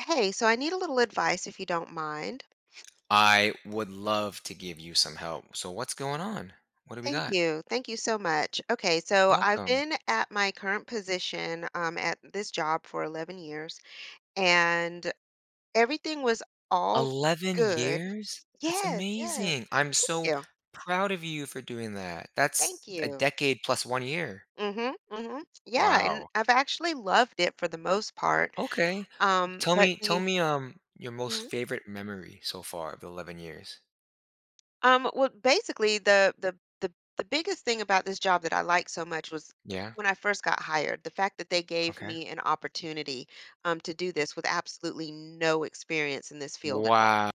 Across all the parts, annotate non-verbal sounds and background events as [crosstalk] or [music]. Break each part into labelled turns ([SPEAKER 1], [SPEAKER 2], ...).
[SPEAKER 1] Hey, so I need a little advice if you don't mind.
[SPEAKER 2] I would love to give you some help. So what's going on? What do we
[SPEAKER 1] Thank
[SPEAKER 2] got?
[SPEAKER 1] you. Thank you so much. Okay, so I've
[SPEAKER 2] Welcome.
[SPEAKER 1] been at my current position at this job for 11 years, and everything was all
[SPEAKER 2] 11
[SPEAKER 1] good.
[SPEAKER 2] years? That's
[SPEAKER 1] Yes, yes.
[SPEAKER 2] amazing. I'm
[SPEAKER 1] Thank
[SPEAKER 2] so
[SPEAKER 1] you.
[SPEAKER 2] proud of you for doing that.
[SPEAKER 1] Thank
[SPEAKER 2] That's a
[SPEAKER 1] you.
[SPEAKER 2] decade plus 1 year.
[SPEAKER 1] Mm-hmm, mm-hmm. Yeah, and
[SPEAKER 2] Wow.
[SPEAKER 1] I've actually loved it for the most part.
[SPEAKER 2] Okay. Tell
[SPEAKER 1] But
[SPEAKER 2] me tell
[SPEAKER 1] the
[SPEAKER 2] me your most
[SPEAKER 1] mm-hmm.
[SPEAKER 2] favorite memory so far of the 11 years.
[SPEAKER 1] Well, basically, the biggest thing about this job that I liked so much was,
[SPEAKER 2] Yeah?
[SPEAKER 1] when I first got hired, the fact that they gave
[SPEAKER 2] Okay.
[SPEAKER 1] me an opportunity, to do this with absolutely no experience in this field at all.
[SPEAKER 2] Wow.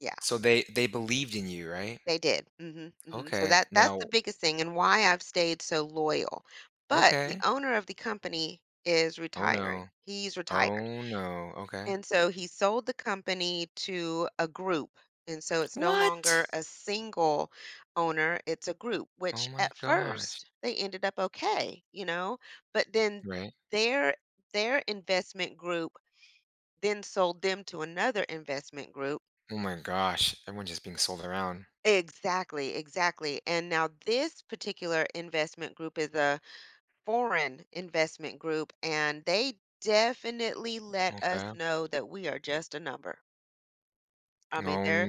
[SPEAKER 1] Yeah,
[SPEAKER 2] So they believed in you, right?
[SPEAKER 1] they did. So
[SPEAKER 2] Okay.
[SPEAKER 1] that's the
[SPEAKER 2] Now,
[SPEAKER 1] biggest thing and why I've stayed so loyal. But the
[SPEAKER 2] okay.
[SPEAKER 1] owner of the company is
[SPEAKER 2] Oh
[SPEAKER 1] retiring.
[SPEAKER 2] no.
[SPEAKER 1] He's retired.
[SPEAKER 2] Oh no. Okay.
[SPEAKER 1] And so he sold the company to a group. And so it's no
[SPEAKER 2] What?
[SPEAKER 1] longer a single owner, it's a group,
[SPEAKER 2] Oh
[SPEAKER 1] which
[SPEAKER 2] my
[SPEAKER 1] at
[SPEAKER 2] gosh.
[SPEAKER 1] first they ended up okay, but then
[SPEAKER 2] Right?
[SPEAKER 1] their their investment group then sold them to another investment group.
[SPEAKER 2] Oh my gosh. Everyone's just being sold around.
[SPEAKER 1] Exactly, exactly. And now this particular investment group is a foreign investment group, and they definitely let us
[SPEAKER 2] Okay.
[SPEAKER 1] know that we are just a number. I mean,
[SPEAKER 2] Oh
[SPEAKER 1] they're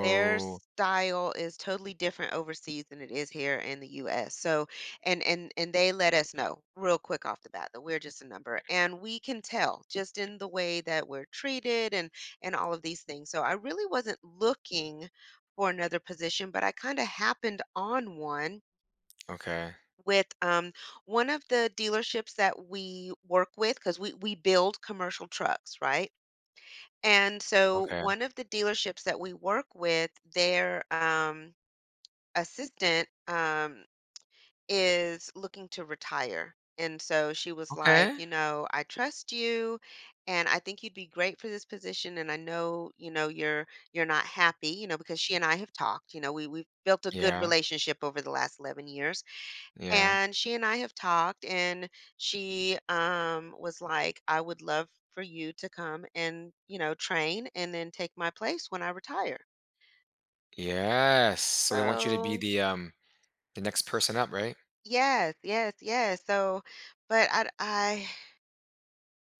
[SPEAKER 1] their style is totally different overseas than it is here in the US. So, and they let us know real quick off the bat that we're just a number, and we can tell just in the way that we're treated and all of these things. So I really wasn't looking for another position, but I kind of happened on one
[SPEAKER 2] Okay.
[SPEAKER 1] with one of the dealerships that we work with because we build commercial trucks, right? And so
[SPEAKER 2] Okay.
[SPEAKER 1] one of the dealerships that we work with, their assistant is looking to retire. And so she was like,
[SPEAKER 2] Okay.
[SPEAKER 1] you know, I trust you and I think you'd be great for this position. And I know, you know, you're not happy, you know, because she and I have talked, you know, we've built a good
[SPEAKER 2] Yeah.
[SPEAKER 1] relationship over the last 11 years.
[SPEAKER 2] Yeah.
[SPEAKER 1] And she and I have talked and she, was like, I would love for you to come and, you know, train and then take my place when I retire.
[SPEAKER 2] Yes. So they want you to be
[SPEAKER 1] So
[SPEAKER 2] the the next person up, right?
[SPEAKER 1] yes, yes, yes. So, but I, I,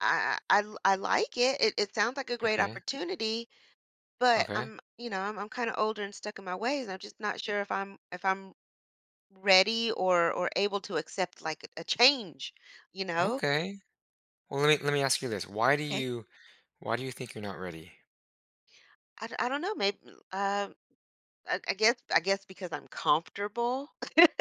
[SPEAKER 1] I, I, l- I like it. It sounds like a great
[SPEAKER 2] Okay.
[SPEAKER 1] opportunity, but
[SPEAKER 2] Okay.
[SPEAKER 1] I'm, you know, I'm kind of older and stuck in my ways, and I'm just not sure if if I'm ready or able to accept like a change, you know?
[SPEAKER 2] Okay. Well, let me ask you this.
[SPEAKER 1] Okay.
[SPEAKER 2] Why do you think you're not ready?
[SPEAKER 1] I don't know. Maybe, uh, I guess because I'm comfortable.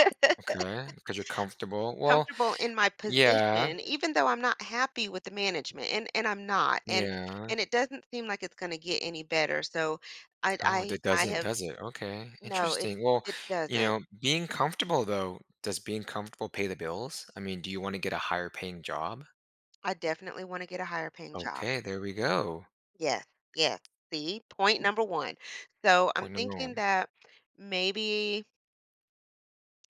[SPEAKER 1] [laughs]
[SPEAKER 2] Okay. Because you're comfortable. Well,
[SPEAKER 1] Comfortable in my
[SPEAKER 2] yeah.
[SPEAKER 1] position, even though I'm not happy with the management, and I'm not, and
[SPEAKER 2] Yeah.
[SPEAKER 1] and it doesn't seem like it's gonna get any better, so I
[SPEAKER 2] Oh,
[SPEAKER 1] I
[SPEAKER 2] that
[SPEAKER 1] I
[SPEAKER 2] doesn't,
[SPEAKER 1] have
[SPEAKER 2] does it? Okay,
[SPEAKER 1] no, it
[SPEAKER 2] interesting. Well,
[SPEAKER 1] it
[SPEAKER 2] you
[SPEAKER 1] doesn't.
[SPEAKER 2] know, being comfortable though, does being comfortable pay the bills? I mean, do you want to get a higher paying job?
[SPEAKER 1] I definitely wanna get a higher paying job.
[SPEAKER 2] Okay, there we go.
[SPEAKER 1] Yes, yes. See, point number 1. So, I'm
[SPEAKER 2] Point number
[SPEAKER 1] thinking
[SPEAKER 2] one.
[SPEAKER 1] that maybe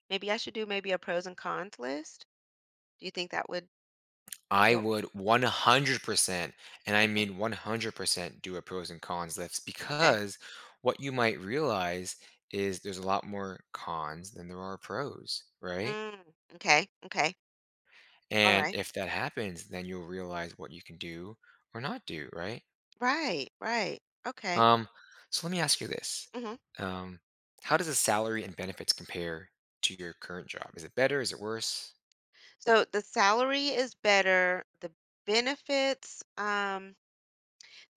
[SPEAKER 1] maybe I should do maybe a pros and cons list. Do you think that would
[SPEAKER 2] I
[SPEAKER 1] help?
[SPEAKER 2] would 100%, and I
[SPEAKER 1] Okay,
[SPEAKER 2] mean 100%, do a pros and cons list
[SPEAKER 1] okay.
[SPEAKER 2] because what you might realize is there's a lot more cons than there are pros, right?
[SPEAKER 1] Mm, okay, okay.
[SPEAKER 2] And
[SPEAKER 1] Alright.
[SPEAKER 2] if that happens, then you'll realize what you can do or not do, right?
[SPEAKER 1] Right, right, right. Okay.
[SPEAKER 2] Um, so let me ask you this.
[SPEAKER 1] Mhm.
[SPEAKER 2] Um, how does the salary and benefits compare to your current job? Is it better? Is it worse?
[SPEAKER 1] So the salary is better. The benefits,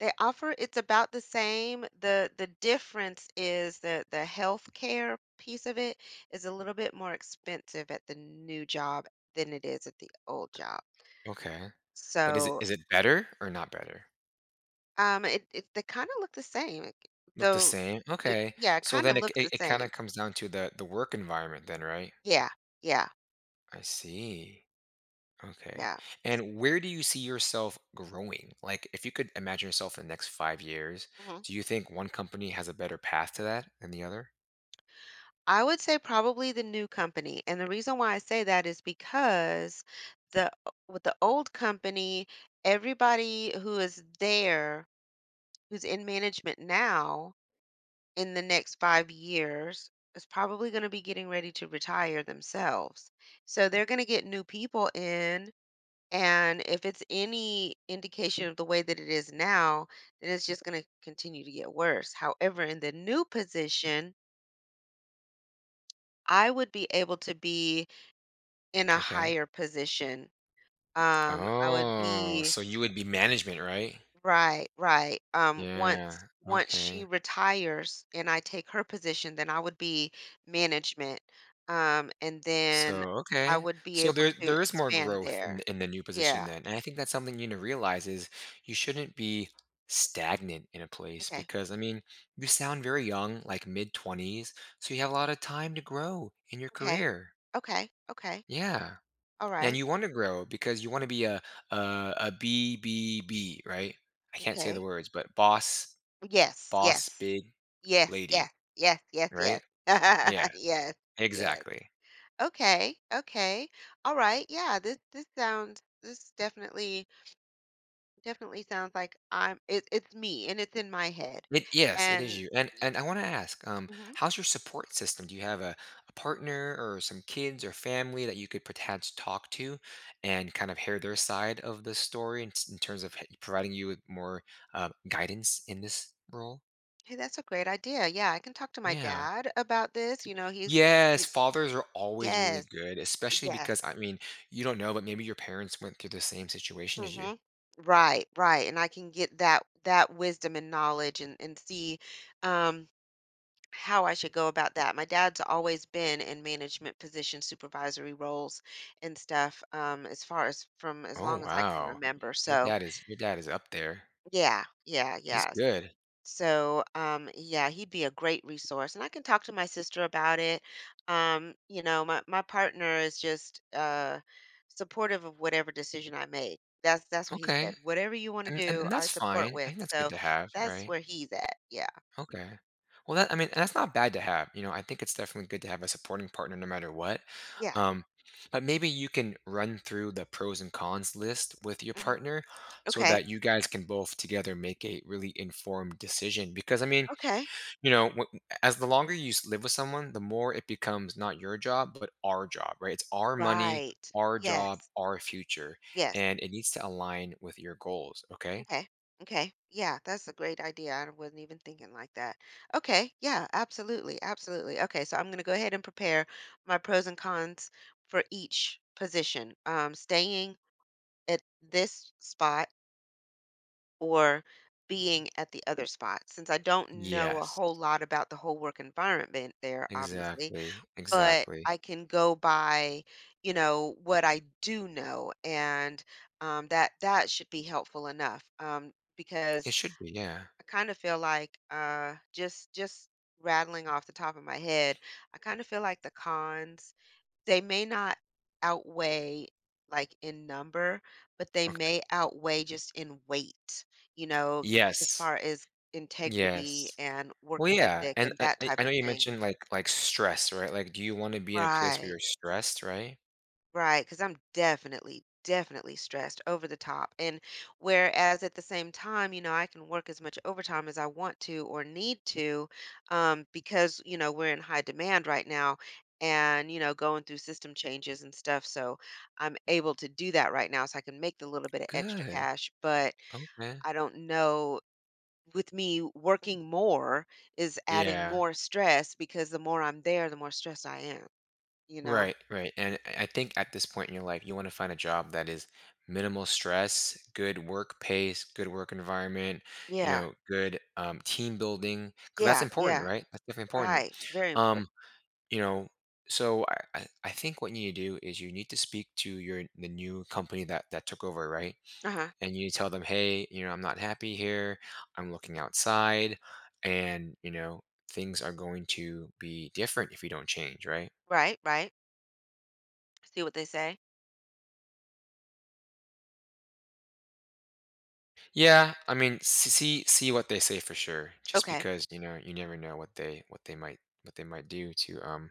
[SPEAKER 1] they offer it's about the same. The difference is the health care piece of it is a little bit more expensive at the new job than it is at the old job.
[SPEAKER 2] Okay. But is it
[SPEAKER 1] So
[SPEAKER 2] is it better or not better?
[SPEAKER 1] it they kind of look the same. Like,
[SPEAKER 2] Look the
[SPEAKER 1] though
[SPEAKER 2] same. Okay.
[SPEAKER 1] yeah, it
[SPEAKER 2] So
[SPEAKER 1] kind
[SPEAKER 2] then
[SPEAKER 1] of
[SPEAKER 2] it
[SPEAKER 1] looks
[SPEAKER 2] it,
[SPEAKER 1] the
[SPEAKER 2] it kind
[SPEAKER 1] same.
[SPEAKER 2] of comes down to the work environment then, right?
[SPEAKER 1] Yeah, yeah,
[SPEAKER 2] I see. Okay.
[SPEAKER 1] yeah.
[SPEAKER 2] And where do you see yourself growing? Like if you could imagine yourself in the next 5 years,
[SPEAKER 1] Mhm.
[SPEAKER 2] do you think one company has a better path to that than the other?
[SPEAKER 1] I would say probably the new company. And the reason why I say that is because the with the old company, everybody who is there, who's in management now in the next 5 years is probably going to be getting ready to retire themselves. So they're going to get new people in, and if it's any indication of the way that it is now, then it's just going to continue to get worse. However, in the new position, I would be able to be in a
[SPEAKER 2] Okay.
[SPEAKER 1] higher position. I would
[SPEAKER 2] Oh,
[SPEAKER 1] be
[SPEAKER 2] so you would be management, right?
[SPEAKER 1] right, right.
[SPEAKER 2] Yeah,
[SPEAKER 1] Once she
[SPEAKER 2] okay.
[SPEAKER 1] retires and I take her position, then I would be management. And then
[SPEAKER 2] So,
[SPEAKER 1] I
[SPEAKER 2] okay.
[SPEAKER 1] would be
[SPEAKER 2] So
[SPEAKER 1] able
[SPEAKER 2] there
[SPEAKER 1] to
[SPEAKER 2] there is more
[SPEAKER 1] expand
[SPEAKER 2] growth
[SPEAKER 1] there.
[SPEAKER 2] in the new position
[SPEAKER 1] Yeah.
[SPEAKER 2] then. And I think that's something you need to realize is you shouldn't be stagnant in a place
[SPEAKER 1] Okay.
[SPEAKER 2] because I mean, you sound very young, like mid 20s, so you have a lot of time to grow in your
[SPEAKER 1] Okay.
[SPEAKER 2] career.
[SPEAKER 1] Okay. Okay.
[SPEAKER 2] Yeah.
[SPEAKER 1] All
[SPEAKER 2] And
[SPEAKER 1] right.
[SPEAKER 2] you want to grow because you want to be a b, right? I can't say the
[SPEAKER 1] Okay.
[SPEAKER 2] words, but boss
[SPEAKER 1] Yes.
[SPEAKER 2] boss
[SPEAKER 1] Yes.
[SPEAKER 2] big
[SPEAKER 1] Yes.
[SPEAKER 2] lady,
[SPEAKER 1] Yes. Yes. Yes. Yes.
[SPEAKER 2] right?
[SPEAKER 1] [laughs]
[SPEAKER 2] Yeah,
[SPEAKER 1] yes. Yes.
[SPEAKER 2] exactly.
[SPEAKER 1] Okay, okay. All right. Yeah, this sounds this definitely definitely sounds like I'm it's me and it's in my head.
[SPEAKER 2] It yes, it is
[SPEAKER 1] And
[SPEAKER 2] you,
[SPEAKER 1] y-
[SPEAKER 2] and I wanna ask,
[SPEAKER 1] mhm.
[SPEAKER 2] how's your support system? Do you have a partner or some kids or family that you could perhaps talk to and kind of hear their side of the story in s in terms of h providing you with more, guidance in this role?
[SPEAKER 1] Hey, that's a great idea. Yeah, I can talk to my
[SPEAKER 2] Yeah.
[SPEAKER 1] dad about this. You know,
[SPEAKER 2] Yes,
[SPEAKER 1] y-
[SPEAKER 2] fathers are always really
[SPEAKER 1] yes,
[SPEAKER 2] good, especially
[SPEAKER 1] yes.
[SPEAKER 2] because, I mean, you don't know, but maybe your parents went through the same situation as
[SPEAKER 1] hmm
[SPEAKER 2] you.
[SPEAKER 1] Right, right. And I can get that wisdom and knowledge and see, um how I should go about that. My dad's always been in management position, supervisory roles and stuff, as far as from as
[SPEAKER 2] Oh,
[SPEAKER 1] long as I can
[SPEAKER 2] wow.
[SPEAKER 1] remember.
[SPEAKER 2] Your
[SPEAKER 1] So,
[SPEAKER 2] dad is your dad is up there.
[SPEAKER 1] yeah, yeah,
[SPEAKER 2] He's
[SPEAKER 1] yeah.
[SPEAKER 2] good.
[SPEAKER 1] So, yeah, he'd be a great resource, and I can talk to my sister about it. You know, my partner is just, supportive of whatever decision I make. That's what he
[SPEAKER 2] Okay.
[SPEAKER 1] said. Whatever you want to
[SPEAKER 2] And and
[SPEAKER 1] do,
[SPEAKER 2] and
[SPEAKER 1] I
[SPEAKER 2] that's
[SPEAKER 1] support
[SPEAKER 2] fine. I
[SPEAKER 1] with.
[SPEAKER 2] think that's good
[SPEAKER 1] So
[SPEAKER 2] to have,
[SPEAKER 1] that's
[SPEAKER 2] right?
[SPEAKER 1] where he's at. Yeah,
[SPEAKER 2] Okay. Well, that I mean, that's not bad to have. You know, I think it's definitely good to have a supporting partner no matter what.
[SPEAKER 1] yeah.
[SPEAKER 2] Um, but maybe you can run through the pros and cons list with your
[SPEAKER 1] hmm
[SPEAKER 2] partner so
[SPEAKER 1] Okay,
[SPEAKER 2] that you guys can both together make a really informed decision. Because I mean,
[SPEAKER 1] okay.
[SPEAKER 2] you know, as the longer you live with someone, the more it becomes not your job, but our job, right? It's our money,
[SPEAKER 1] Right.
[SPEAKER 2] our job,
[SPEAKER 1] Yes.
[SPEAKER 2] our future,
[SPEAKER 1] Yes.
[SPEAKER 2] and it needs to align with your goals, okay?
[SPEAKER 1] Okay. Okay. Yeah, that's a great idea. I wasn't even thinking like that. Okay. Yeah, absolutely. Absolutely. Okay, so I'm going to go ahead and prepare my pros and cons for each position. Staying at this spot or being at the other spot. Since I don't know a
[SPEAKER 2] Yes.
[SPEAKER 1] whole lot about the whole work environment there, obviously,
[SPEAKER 2] Exactly,
[SPEAKER 1] but
[SPEAKER 2] exactly.
[SPEAKER 1] I can go by, you know, what I do know, and, that that should be helpful enough.
[SPEAKER 2] It
[SPEAKER 1] Because
[SPEAKER 2] should be, yeah.
[SPEAKER 1] I kind of feel like, just rattling off the top of my head, I kind of feel like the cons they may not outweigh like in number, but they
[SPEAKER 2] Okay.
[SPEAKER 1] may outweigh just in weight. You know, as
[SPEAKER 2] Yes,
[SPEAKER 1] far as integrity
[SPEAKER 2] yes.
[SPEAKER 1] and work
[SPEAKER 2] Well, yeah,
[SPEAKER 1] ethic
[SPEAKER 2] and
[SPEAKER 1] and
[SPEAKER 2] I
[SPEAKER 1] that
[SPEAKER 2] I
[SPEAKER 1] type
[SPEAKER 2] I
[SPEAKER 1] of
[SPEAKER 2] know you
[SPEAKER 1] thing.
[SPEAKER 2] mentioned like stress, right? Like, do you want to be in a place where
[SPEAKER 1] Right.
[SPEAKER 2] you're stressed, right?
[SPEAKER 1] Right, because I'm definitely, definitely stressed over the top. And whereas at the same time, you know, I can work as much overtime as I want to or need to, because, you know, we're in high demand right now and, you know, going through system changes and stuff. So I'm able to do that right now. So I can make the little bit of extra
[SPEAKER 2] Good.
[SPEAKER 1] cash, but
[SPEAKER 2] Okay.
[SPEAKER 1] I don't know. With me working more is adding
[SPEAKER 2] Yeah.
[SPEAKER 1] more stress because the more I'm there, the more stressed I am, you know?
[SPEAKER 2] Right, right. And I think at this point in your life, you want to find a job that is minimal stress, good work pace, good work environment, you
[SPEAKER 1] Yeah,
[SPEAKER 2] know, good team building, because that's
[SPEAKER 1] yeah,
[SPEAKER 2] important,
[SPEAKER 1] yeah.
[SPEAKER 2] right? That's definitely important.
[SPEAKER 1] Right, very important.
[SPEAKER 2] Um, you know so I think what you need to do is you need to speak to your the new company that took over, right?
[SPEAKER 1] Uh-huh.
[SPEAKER 2] And you tell them, hey, you know, I'm not happy here. I'm looking outside, and you know things are going to be different if we don't change, right?
[SPEAKER 1] Right, right. See what they say.
[SPEAKER 2] Yeah, I mean, see what they say for sure just
[SPEAKER 1] Okay.
[SPEAKER 2] because you know you never know what they might what they might do to um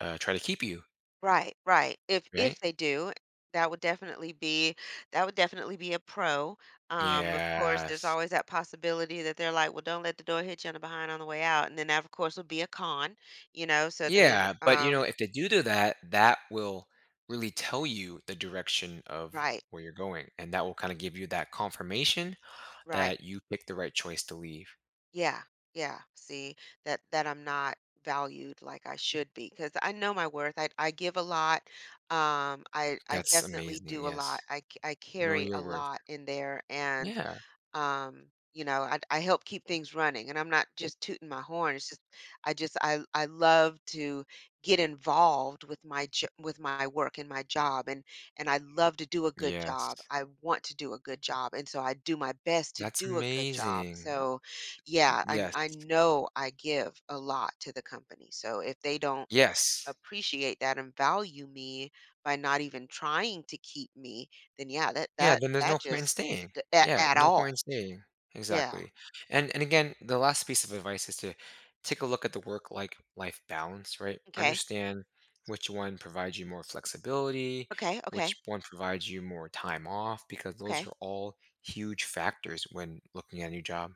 [SPEAKER 2] uh try to keep you,
[SPEAKER 1] Right, right. If
[SPEAKER 2] right?
[SPEAKER 1] they do, that would definitely be that would definitely be a pro. Of course, there's
[SPEAKER 2] Yes.
[SPEAKER 1] always that possibility that they're like, well, don't let the door hit you on the behind on the way out, and then that of course would be a con, you know. So then,
[SPEAKER 2] Yeah, but you know, if they do do that, that will really tell you the direction of
[SPEAKER 1] right,
[SPEAKER 2] where you're going, and that will kind of give you that confirmation
[SPEAKER 1] right.
[SPEAKER 2] that you picked the right choice to leave.
[SPEAKER 1] Yeah, yeah. See that that I'm not valued like I should be because I know my worth. I give a lot. I
[SPEAKER 2] That's
[SPEAKER 1] definitely
[SPEAKER 2] amazing.
[SPEAKER 1] do a lot.
[SPEAKER 2] Yes.
[SPEAKER 1] I
[SPEAKER 2] Know
[SPEAKER 1] carry
[SPEAKER 2] your
[SPEAKER 1] a
[SPEAKER 2] worth.
[SPEAKER 1] lot in there, and
[SPEAKER 2] Yeah.
[SPEAKER 1] um, you know, I help keep things running, and I'm not just tooting my horn. It's just I just I love to get involved with my with my work and my job, and I love to do a good
[SPEAKER 2] Yes.
[SPEAKER 1] job. I want to do a good job, and so I do my best to
[SPEAKER 2] That's
[SPEAKER 1] do a good job.
[SPEAKER 2] amazing.
[SPEAKER 1] So yeah, i
[SPEAKER 2] Yes.
[SPEAKER 1] i know I give a lot to the company, so if they don't
[SPEAKER 2] Yes.
[SPEAKER 1] appreciate that and value me by not even trying to keep me, then yeah,
[SPEAKER 2] Yeah, then there's
[SPEAKER 1] that
[SPEAKER 2] no point in
[SPEAKER 1] just
[SPEAKER 2] staying. Yeah,
[SPEAKER 1] at
[SPEAKER 2] no
[SPEAKER 1] all.
[SPEAKER 2] point in staying.
[SPEAKER 1] Yeah.
[SPEAKER 2] Exactly. And again, the last piece of advice is to take a look at the work like life balance, right?
[SPEAKER 1] Okay.
[SPEAKER 2] Understand which one provides you more flexibility,
[SPEAKER 1] Okay. Okay.
[SPEAKER 2] which one provides you more time off, because those
[SPEAKER 1] Okay.
[SPEAKER 2] are all huge factors when looking at a new job.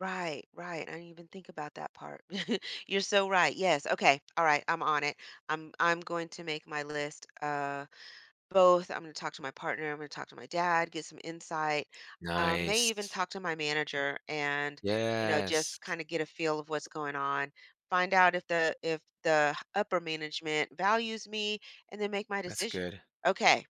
[SPEAKER 1] Right. Right. I didn't even think about that part. [laughs] You're so right. Yes. Okay. All right. I'm on it. I'm going to make my list. Both. I'm going to talk to my partner. I'm going to talk to my dad. Get some insight. May even
[SPEAKER 2] Nice.
[SPEAKER 1] talk to my manager and, you know,
[SPEAKER 2] Yes.
[SPEAKER 1] just kind of get a feel of what's going on. Find out if the upper management values me, and then make my
[SPEAKER 2] That's
[SPEAKER 1] decision.
[SPEAKER 2] good.
[SPEAKER 1] Okay.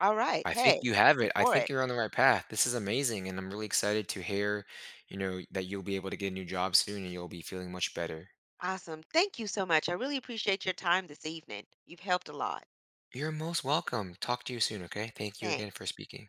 [SPEAKER 1] All right.
[SPEAKER 2] I think
[SPEAKER 1] Hey,
[SPEAKER 2] you have
[SPEAKER 1] I'm
[SPEAKER 2] it. I
[SPEAKER 1] for
[SPEAKER 2] think
[SPEAKER 1] it.
[SPEAKER 2] you're on the right path. This is amazing, and I'm really excited to hear, you know, that you'll be able to get a new job soon and you'll be feeling much better.
[SPEAKER 1] Awesome. Thank you so much. I really appreciate your time this evening. You've helped a lot.
[SPEAKER 2] You're most welcome. Talk to you soon, okay? Thank you again
[SPEAKER 1] Thanks.
[SPEAKER 2] for speaking.